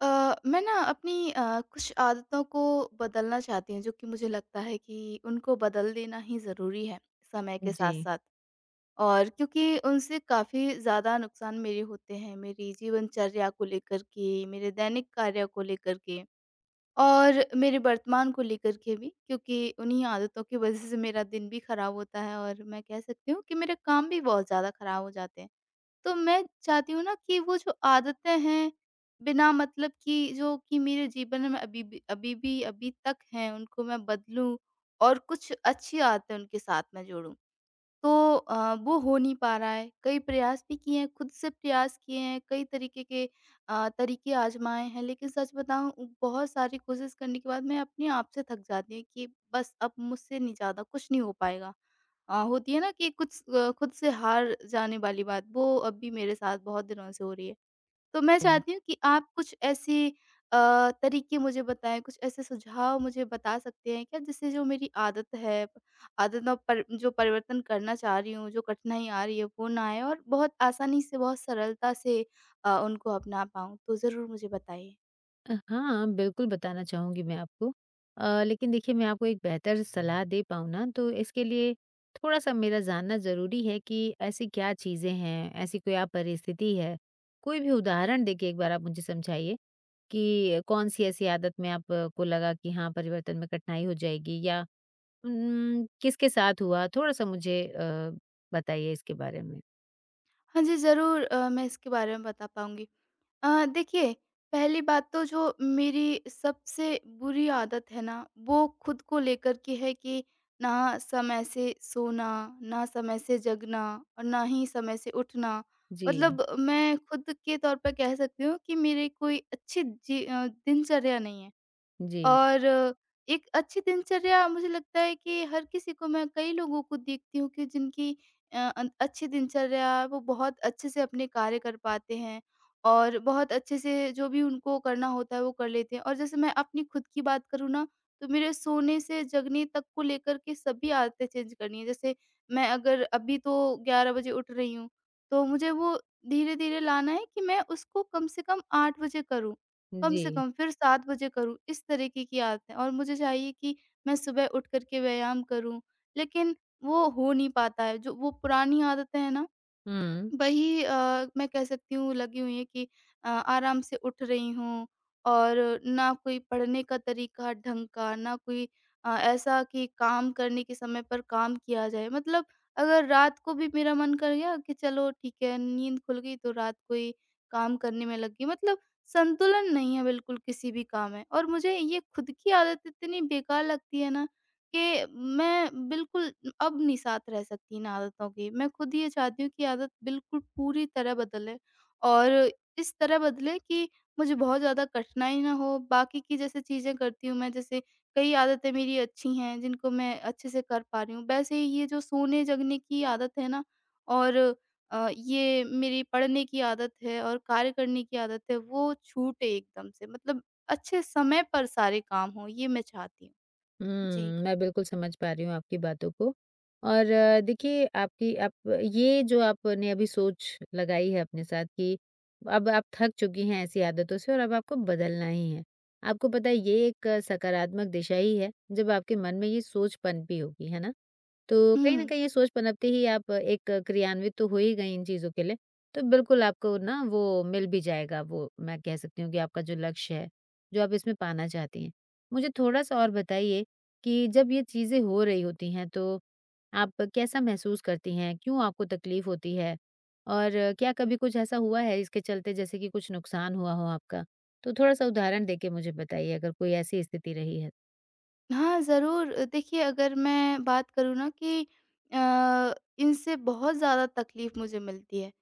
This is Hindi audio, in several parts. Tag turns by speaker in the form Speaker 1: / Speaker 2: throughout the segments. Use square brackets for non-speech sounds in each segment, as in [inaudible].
Speaker 1: मैं ना अपनी कुछ आदतों को बदलना चाहती हूँ जो कि मुझे लगता है कि उनको बदल देना ही ज़रूरी है समय के
Speaker 2: जी।
Speaker 1: साथ साथ। और क्योंकि उनसे काफ़ी ज़्यादा नुकसान मेरे होते हैं, मेरी जीवनचर्या को लेकर के, मेरे दैनिक कार्य को लेकर के और मेरे वर्तमान को लेकर के भी, क्योंकि उन्हीं आदतों की वजह से मेरा दिन भी खराब होता है और मैं कह सकती हूँ कि मेरे काम भी बहुत ज़्यादा खराब हो जाते हैं। तो मैं चाहती हूँ ना कि वो जो आदतें हैं, बिना मतलब की, जो कि मेरे जीवन में अभी भी अभी तक हैं, उनको मैं बदलूँ और कुछ अच्छी आदतें उनके साथ में जोड़ूँ। तो वो हो नहीं पा रहा है। कई प्रयास भी किए हैं, खुद से प्रयास किए हैं, कई तरीके के अ, तरीके आजमाए हैं, लेकिन सच बताऊँ उ बहुत सारी कोशिश करने के बाद मैं अपने आप से थक जाती हूँ कि बस अब मुझसे नहीं ज़्यादा कुछ नहीं हो पाएगा। होती है ना कि कुछ खुद से हार जाने वाली बात, वो अब भी मेरे साथ बहुत दिनों से हो रही है। तो मैं चाहती हूँ कि आप कुछ ऐसे तरीके मुझे बताएँ, कुछ ऐसे सुझाव मुझे बता सकते हैं क्या, जिससे जो मेरी आदत है, आदत में पर जो परिवर्तन करना चाह रही हूँ, जो कठिनाई आ रही है वो ना आए और बहुत आसानी से, बहुत सरलता से उनको अपना पाऊँ? तो ज़रूर मुझे बताइए।
Speaker 2: हाँ, बिल्कुल बताना चाहूँगी मैं आपको। लेकिन देखिए मैं आपको एक बेहतर सलाह दे पाऊँ ना तो इसके लिए थोड़ा-सा मेरा जानना ज़रूरी है कि ऐसी क्या चीज़ें हैं, ऐसी कोई आप परिस्थिति है, कोई भी उदाहरण देके एक बार आप मुझे समझाइए कि कौन-सी ऐसी आदत में आपको लगा कि हाँ, परिवर्तन में कठिनाई हो जाएगी या किसके साथ हुआ? थोड़ा-सा मुझे बताइए इसके बारे में।
Speaker 1: हाँ जी, ज़रूर मैं इसके बारे में बता पाऊँगी। देखिए, पहली बात तो जो मेरी सबसे बुरी आदत है ना, वो खुद को लेकर के है कि ना समय से सोना, ना समय से जगना और ना ही समय से उठना।
Speaker 2: जी,
Speaker 1: मतलब मैं खुद के तौर पे कह सकती हूँ कि मेरी कोई अच्छी दिनचर्या नहीं है।
Speaker 2: जी,
Speaker 1: और एक अच्छी दिनचर्या मुझे लगता है कि हर किसी को, मैं कई लोगों को देखती हूँ कि जिनकी अच्छी दिनचर्या है, वो बहुत अच्छे से अपने कार्य कर पाते हैं और बहुत अच्छे से जो भी उनको करना होता है वो कर लेते हैं। और जैसे मैं अपनी खुद की बात करूँ ना, तो मेरे सोने से जगने तक को लेकर के सभी आदतें चेंज करनी है। जैसे मैं अगर अभी तो 11 बजे उठ रही हूँ, तो मुझे वो धीरे धीरे लाना है कि मैं उसको कम से कम 8 बजे करूँ, कम
Speaker 2: जी।
Speaker 1: से कम फिर 7 बजे करूँ, इस तरीके की आदत है। और मुझे चाहिए कि मैं सुबह उठ कर के व्यायाम करूँ, लेकिन वो हो नहीं पाता है। जो वो पुरानी आदतें हैं ना,
Speaker 2: हुँ।
Speaker 1: वही मैं कह सकती हूँ लगी हुई है कि आराम से उठ रही हूँ और ना कोई पढ़ने का तरीका ढंग का, ना कोई ऐसा कि काम करने के समय पर काम किया जाए। मतलब अगर रात को भी मेरा मन कर गया कि चलो ठीक है, नींद खुल गई तो रात को ही काम करने में लग गई। मतलब संतुलन नहीं है बिल्कुल किसी भी काम में और मुझे ये खुद की आदत इतनी बेकार लगती है ना कि मैं बिल्कुल अब नहीं साथ रह सकती इन आदतों की। मैं खुद ये चाहती हूँ कि आदत बिल्कुल पूरी तरह बदले और इस तरह बदले कि मुझे बहुत ज़्यादा कठिनाई ना हो। बाकी की जैसे चीज़ें करती हूँ मैं, जैसे कई आदतें मेरी अच्छी हैं जिनको मैं अच्छे से कर पा रही हूँ। वैसे ही ये जो सोने-जगने की आदत है ना और ये मेरी पढ़ने की आदत है और कार्य करने की आदत है, वो छूटे एकदम से। मतलब अच्छे समय पर सारे काम हों, ये मैं चाहती हूँ।
Speaker 2: हुँ,
Speaker 1: जी।
Speaker 2: मैं बिल्कुल समझ पा रही हूँ आपकी बातों को। और देखिए आपकी आप ये जो आपने अभी सोच लगाई है अपने साथ कि अब आप थक चुकी हैं ऐसी आदतों से और अब आपको बदलना ही है। आपको पता है ये एक सकारात्मक दिशा ही है, जब आपके मन में ये सोच पनपी होगी, है ना? तो कहीं न
Speaker 1: हुँ।
Speaker 2: कहीं ये सोच पनपते ही आप एक क्रियान्वित तो हो ही गई इन चीज़ों के लिए, तो बिल्कुल आपको ना वो मिल भी जाएगा वो मैं कह सकती हूँ कि आपका जो लक्ष्य है, जो आप इसमें पाना चाहती हैं। मुझे थोड़ा-सा और बताइए कि जब ये चीज़ें हो रही होती हैं तो आप कैसा महसूस करती हैं? क्यों आपको तकलीफ़ होती है? और क्या कभी कुछ ऐसा हुआ है इसके चलते जैसे कि कुछ नुकसान हुआ हो आपका? तो थोड़ा-सा उदाहरण देके मुझे बताइए अगर कोई ऐसी स्थिति रही है।
Speaker 1: हाँ, ज़रूर। देखिए, अगर मैं बात करूँ ना कि अ, इनसे बहुत ज़्यादा तकलीफ़ मुझे मिलती है।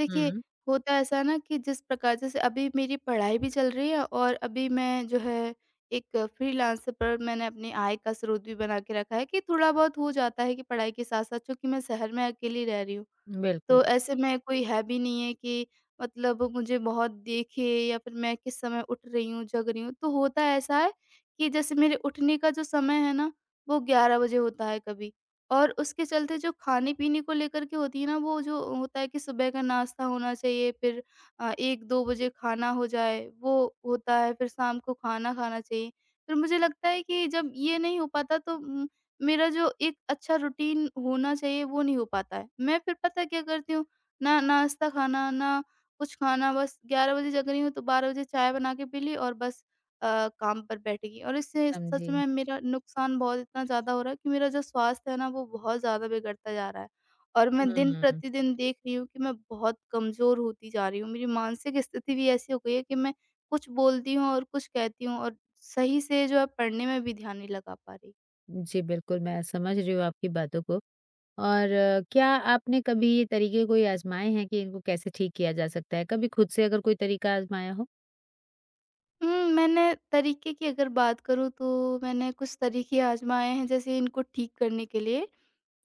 Speaker 1: देखिए,
Speaker 2: हुँ,
Speaker 1: होता ऐसा है ना कि जिस प्रकार, जैसे अभी मेरी पढ़ाई भी चल रही है और अभी मैं जो है एक फ्रीलांसर पर मैंने अपनी आय का स्रोत भी बना के रखा है कि थोड़ा-बहुत हो जाता है कि पढ़ाई के साथ-साथ, चूँकि मैं शहर में अकेली रह रही हूँ।
Speaker 2: बिल्कुल।
Speaker 1: तो ऐसे में कोई है भी नहीं है कि मतलब मुझे बहुत देखे या फिर मैं किस समय उठ रही हूँ, जग रही हूँ। तो होता ऐसा है कि जैसे मेरे उठने का जो समय है ना, वो 11 बजे होता है कभी। और उसके चलते जो खाने-पीने को लेकर के होती है ना, वो जो होता है कि सुबह का नाश्ता होना चाहिए, फिर 1-2 बजे खाना हो जाए, वो होता है, फिर शाम को खाना खाना चाहिए। फिर मुझे लगता है कि जब ये नहीं हो पाता तो मेरा जो एक अच्छा रूटीन होना चाहिए वो नहीं हो पाता है। मैं फिर पता है क्या करती हूँ, ना नाश्ता खाना, ना कुछ खाना, बस 11 बजे जग रही हूँ तो 12 बजे चाय बना के पी ली और बस अ, काम पर बैठ गई। और इससे सच
Speaker 2: समझी।
Speaker 1: में मेरा नुकसान बहुत इतना ज़्यादा हो रहा है कि मेरा जो स्वास्थ्य है ना वो बहुत ज़्यादा बिगड़ता जा रहा है। और मैं
Speaker 2: हुँ।
Speaker 1: दिन-प्रतिदिन देख रही हूँ कि मैं बहुत कमज़ोर होती जा रही हूँ। मेरी मानसिक स्थिति भी ऐसी हो गई है कि मैं कुछ बोलती हूँ और कुछ कहती हूँ और सही से जो है पढ़ने में भी ध्यान नहीं लगा पा रही।
Speaker 2: जी, बिल्कुल, मैं समझ रही हूँ आपकी बातों को। और क्या आपने कभी ये तरीके कोई आज़माए हैं कि इनको कैसे ठीक किया जा सकता है? कभी खुद से अगर कोई तरीका आज़माया हो?
Speaker 1: हुँ, मैंने तरीके की अगर बात करूँ तो मैंने कुछ तरीके आज़माए हैं, जैसे इनको ठीक करने के लिए।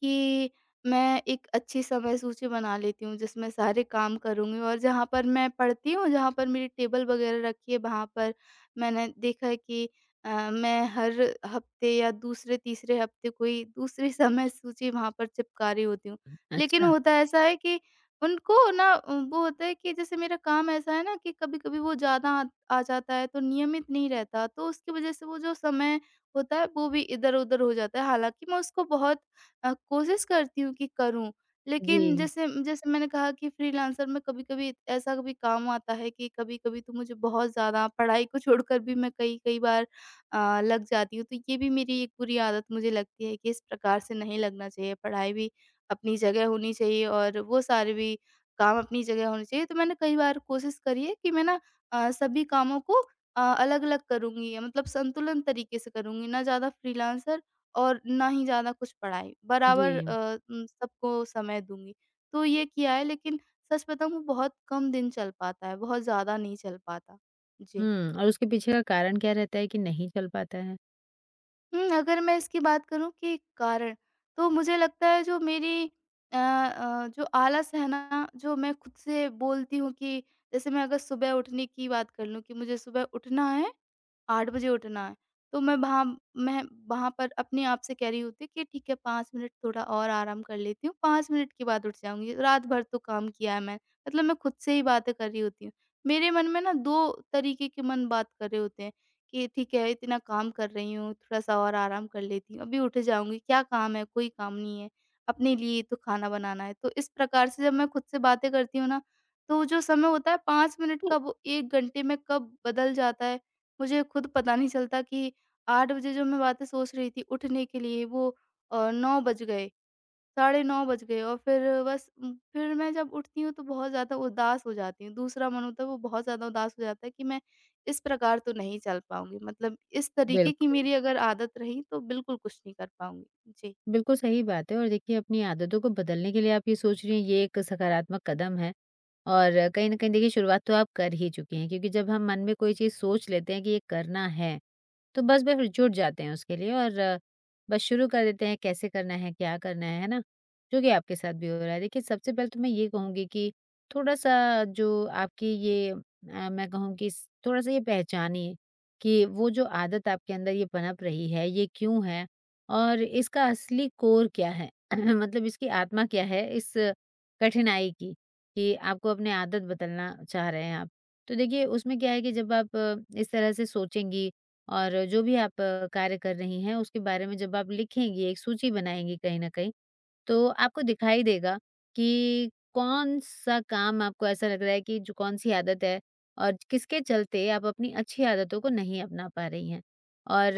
Speaker 1: कि मैं एक अच्छी समय सूची बना लेती हूँ जिसमें सारे काम करूँगी और जहाँ पर मैं पढ़ती हूँ, जहाँ पर मेरी टेबल वग़ैरह रखी है वहाँ पर मैंने देखा है कि मैं हर हफ़्ते या दूसरे-तीसरे हफ़्ते कोई दूसरी [laughs] समय सूची वहाँ पर चिपका रही होती हूँ। लेकिन
Speaker 2: अच्छा।
Speaker 1: होता ऐसा है कि उनको ना वो होता है कि जैसे मेरा काम ऐसा है ना कि कभी-कभी वो ज़्यादा आ आ जाता है तो नियमित नहीं रहता, तो उसकी वज़ह से वो जो समय होता है वो भी इधर-उधर हो जाता है। हालाँकि मैं उसको बहुत कोशिश करती हूँ कि करूँ। लेकिन
Speaker 2: जी,
Speaker 1: जैसे जैसे मैंने कहा कि फ्रीलांसर में कभी-कभी ऐसा भी काम आता है कि कभी-कभी तो मुझे बहुत ज़्यादा पढ़ाई को छोड़कर भी मैं कई-कई बार लग जाती हूँ। तो ये भी मेरी एक बुरी आदत मुझे लगती है कि इस प्रकार से नहीं लगना चाहिए। पढ़ाई भी अपनी जगह होनी चाहिए और वो सारे भी काम अपनी जगह होने चाहिए। तो मैंने कई बार कोशिश करी है कि मैं ना सभी कामों को अलग-अलग करूँगी, मतलब संतुलन तरीके से करूँगी, ना ज़्यादा फ्रीलांसर और ना ही ज़्यादा कुछ पढ़ाई, बराबर
Speaker 2: जी।
Speaker 1: सबको समय दूँगी। तो ये किया है, लेकिन सच बताऊँ वो बहुत कम दिन चल पाता है, बहुत ज़्यादा नहीं चल पाता। जी।
Speaker 2: और उसके पीछे का कारण क्या रहता है कि नहीं चल पाता है?
Speaker 1: हुँ, अगर मैं इसकी बात करूँ कि कारण, तो मुझे लगता है जो मेरी जो आलस है ना, जो मैं खुद से बोलती हूँ कि जैसे मैं अगर सुबह उठने की बात कर लूँ कि मुझे सुबह उठना है, 8 बजे उठना है। तो मैं वहाँ पर अपने आप से कह रही होती हूँ कि ठीक है, 5 मिनट थोड़ा और आराम कर लेती हूँ, 5 मिनट के बाद उठ जाऊँगी, रात भर तो काम किया है मैं। मतलब मैं खुद से ही बातें कर रही होती हूँ। मेरे मन में ना 2 तरीके के मन बात कर रहे होते हैं कि ठीक है इतना काम कर रही हूँ, थोड़ा-सा और आराम कर लेती हूँ, अभी उठ जाऊँगी, क्या काम है, कोई काम नहीं है, अपने लिए तो खाना बनाना है। तो इस प्रकार से जब मैं खुद से बातें करती हूँ ना, तो जो समय होता है 5 मिनट
Speaker 2: हुँ।
Speaker 1: का वो 1 घंटे में कब बदल जाता है मुझे खुद पता नहीं चलता कि 8 बजे जो मैं बातें सोच रही थी उठने के लिए वो 9 बज गए, साढ़े 9 बज गए और फिर बस फिर मैं जब उठती हूँ तो बहुत ज़्यादा उदास हो जाती हूँ। दूसरा मन होता है वो बहुत ज़्यादा उदास हो जाता है कि मैं इस प्रकार तो नहीं चल पाऊँगी। मतलब इस तरीके की
Speaker 2: बिल्कुल,
Speaker 1: मेरी अगर आदत रही तो बिल्कुल कुछ नहीं कर पाऊँगी। जी।
Speaker 2: बिल्कुल सही बात है और देखिए अपनी आदतों को बदलने के लिए आप ये सोच रही हैं ये एक सकारात्मक कदम है और कहीं न कहीं देखिए शुरुआत तो आप कर ही चुकी हैं क्योंकि जब हम मन में कोई चीज़ सोच लेते हैं कि ये करना है तो बस वे फिर जुट जाते हैं उसके लिए और बस शुरू कर देते हैं कैसे करना है, क्या करना है ना? जो कि आपके साथ भी हो रहा है। देखिए, सबसे पहले तो मैं ये कहूँगी कि थोड़ा-सा जो आपकी ये मैं कहूँ कि स थोड़ा-सा ये पहचानिए कि वो जो आदत आपके अंदर ये पनप रही है, ये क्यों है और इसका असली कोर क्या है? [clears throat] मतलब इसकी आत्मा क्या है इस कठिनाई की, कि आपको अपनी आदत बदलना चाह रहे हैं आप। तो देखिए, उसमें क्या है कि जब आप इस तरह से सोचेंगी और जो भी आप कार्य कर रही हैं उसके बारे में जब आप लिखेंगी, एक सूची बनाएँगी कहीं न कहीं, तो आपको दिखाई देगा कि कौन-सा काम आपको ऐसा लग रहा है कि जो कौन-सी आदत है और किसके चलते आप अपनी अच्छी आदतों को नहीं अपना पा रही हैं। और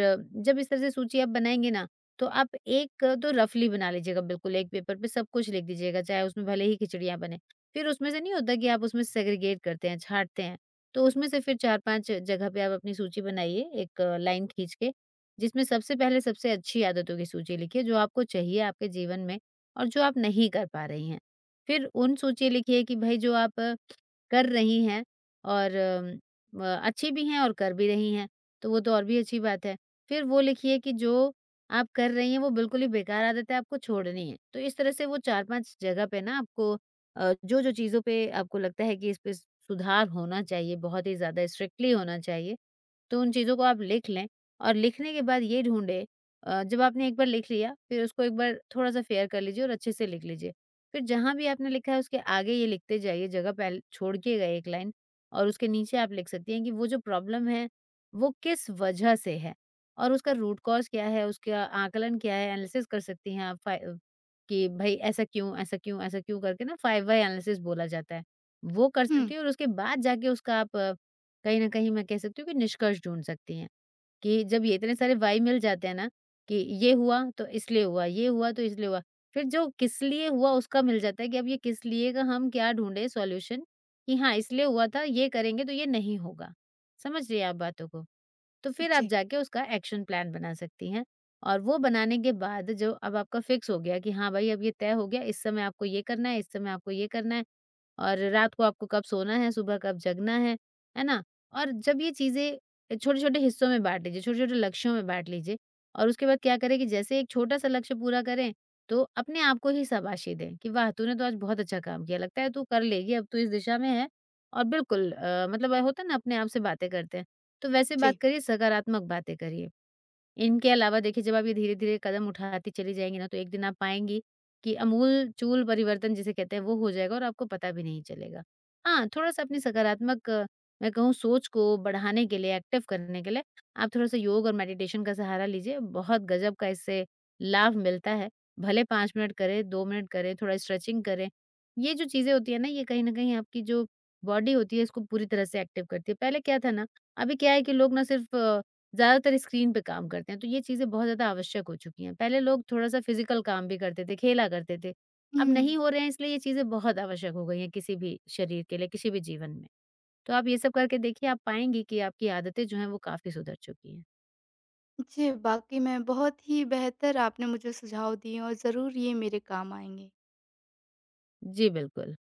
Speaker 2: जब इस तरह से सूची आप बनाएँगे ना, तो आप एक तो रफ़ली बना लीजिएगा बिल्कुल, एक पेपर पे सब कुछ लिख दीजिएगा, चाहे उसमें भले ही खिचड़ियाँ बने। फिर उसमें से नहीं होता कि आप उसमें सेग्रीगेट करते हैं, छाँटते हैं, तो उसमें से फिर 4-5 जगह पे आप अपनी सूची बनाइए, एक लाइन खींच के, जिसमें सबसे पहले सबसे अच्छी आदतों की सूची लिखिए, जो आपको चाहिए आपके जीवन में और जो आप नहीं कर पा रही हैं। फिर उन सोचिए लिखिए कि भई जो आप कर रही हैं और अच्छी भी हैं और कर भी रही हैं, तो वो तो और भी अच्छी बात है। फिर वो लिखिए कि जो आप कर रही हैं वो बिल्कुल ही बेकार आदत है, आपको छोड़नी है। तो इस तरह से वो 4-5 जगह पे ना आपको जो-जो चीज़ों पे आपको लगता है कि इस पे सुधार होना चाहिए, बहुत ही ज़्यादा स्ट्रिक्टली होना चाहिए, तो उन चीज़ों को आप लिख लें और लिखने के बाद ये ढूँढें जब आपने एक बार लिख लिया, फिर उसको एक बार थोड़ा-सा फेयर कर लीजिए और अच्छे से लिख लीजिए। फिर जहाँ भी आपने लिखा है उसके आगे ये लिखते जाइए, जगह पहल छोड़िएगा एक लाइन और उसके नीचे आप लिख सकती हैं कि वो जो प्रॉब्लम है, वो किस वजह से है और उसका रूट कॉज़ क्या है, उसका आकलन क्या है, एनालिसिस कर सकती हैं आप कि भई ऐसा क्यों, ऐसा क्यों, ऐसा क्यों करके ना 5 व्हाय एनालिसिस बोला जाता है, वो कर
Speaker 1: हुँ।
Speaker 2: सकती हैं और उसके बाद जाके उसका आप कहीं न कहीं मैं कह सकती हूँ कि निष्कर्ष ढूँढ सकती हैं, कि जब ये इतने सारे व्हाय मिल जाते हैं ना, कि ये हुआ तो इसलिए हुआ, ये हुआ तो इसलिए हुआ। फिर जो किस लिए हुआ उसका मिल जाता है कि अब ये किस लिए का हम क्या ढूँढे सॉल्यूशन कि हाँ, इसलिए हुआ था, ये करेंगे तो ये नहीं होगा। समझ रही हैं आप बातों को? तो फिर आप
Speaker 1: जी,
Speaker 2: जाके उसका एक्शन प्लान बना सकती हैं और वो बनाने के बाद जो अब आपका फिक्स हो गया कि हाँ, भाई अब ये तय हो गया, इस समय आपको ये करना है, इस समय आपको ये करना है। और रात को आपको कब सोना है, सुबह कब जगना है ना? और जब ये चीज़ें छोटे-छोटे हिस्सों में बाँट लीजिए, छोटे-छोटे लक्ष्यों में बाँट लीजिए और उसके बाद क्या करें कि जैसे एक छोटा-सा लक्ष्य पूरा करें, तो अपने आप को ही शाबाशी दें कि वाह! तूने तो आज बहुत अच्छा काम किया, लगता है तू कर लेगी, अब तू इस दिशा में है और बिल्कुल मतलब होता है ना अपने आप से बातें करते हैं, तो वैसे
Speaker 1: जी।
Speaker 2: बात करिए, सकारात्मक बातें करिए। इनके अलावा देखिए जब आप ये धीरे-धीरे कदम उठाती चली जाएँगी ना, तो एक दिन आप पाएँगी कि अमूलचूल परिवर्तन जिसे कहते हैं वो हो जाएगा और आपको पता भी नहीं चलेगा। हाँ, थोड़ा-सा अपनी सकारात्मक मैं कहूँ सोच को बढ़ाने के लिए, एक्टिव करने के लिए आप थोड़ा-सा योग और मेडिटेशन का सहारा लीजिए, बहुत गज़ब का इससे लाभ मिलता है। भले 5 मिनट करें, 2 मिनट करें, थोड़ा स्ट्रेचिंग करें। ये जो चीज़ें होती हैं ना, ये कहीं न कहीं आपकी जो बॉडी होती है इसको पूरी तरह से एक्टिव करती है। पहले क्या था ना, अभी क्या है कि लोग ना सिर्फ़ ज़्यादातर स्क्रीन पे काम करते हैं, तो ये चीज़ें बहुत ज़्यादा आवश्यक हो चुकी हैं। पहले लोग थोड़ा-सा फिज़िकल काम भी करते थे, खेला करते थे। अब
Speaker 1: हुँ।
Speaker 2: नहीं हो रहे हैं इसलिए ये चीज़ें बहुत आवश्यक हो गई हैं किसी भी शरीर के लिए, किसी भी जीवन में। तो आप ये सब करके देखिए, आप पाएँगी कि आपकी आदतें जो हैं वो काफ़ी सुधर चुकी हैं।
Speaker 1: जी, वाक़ई में बहुत ही बेहतर आपने मुझे सुझाव दिए और ज़रूर ये मेरे काम आएँगे।
Speaker 2: जी, बिल्कुल।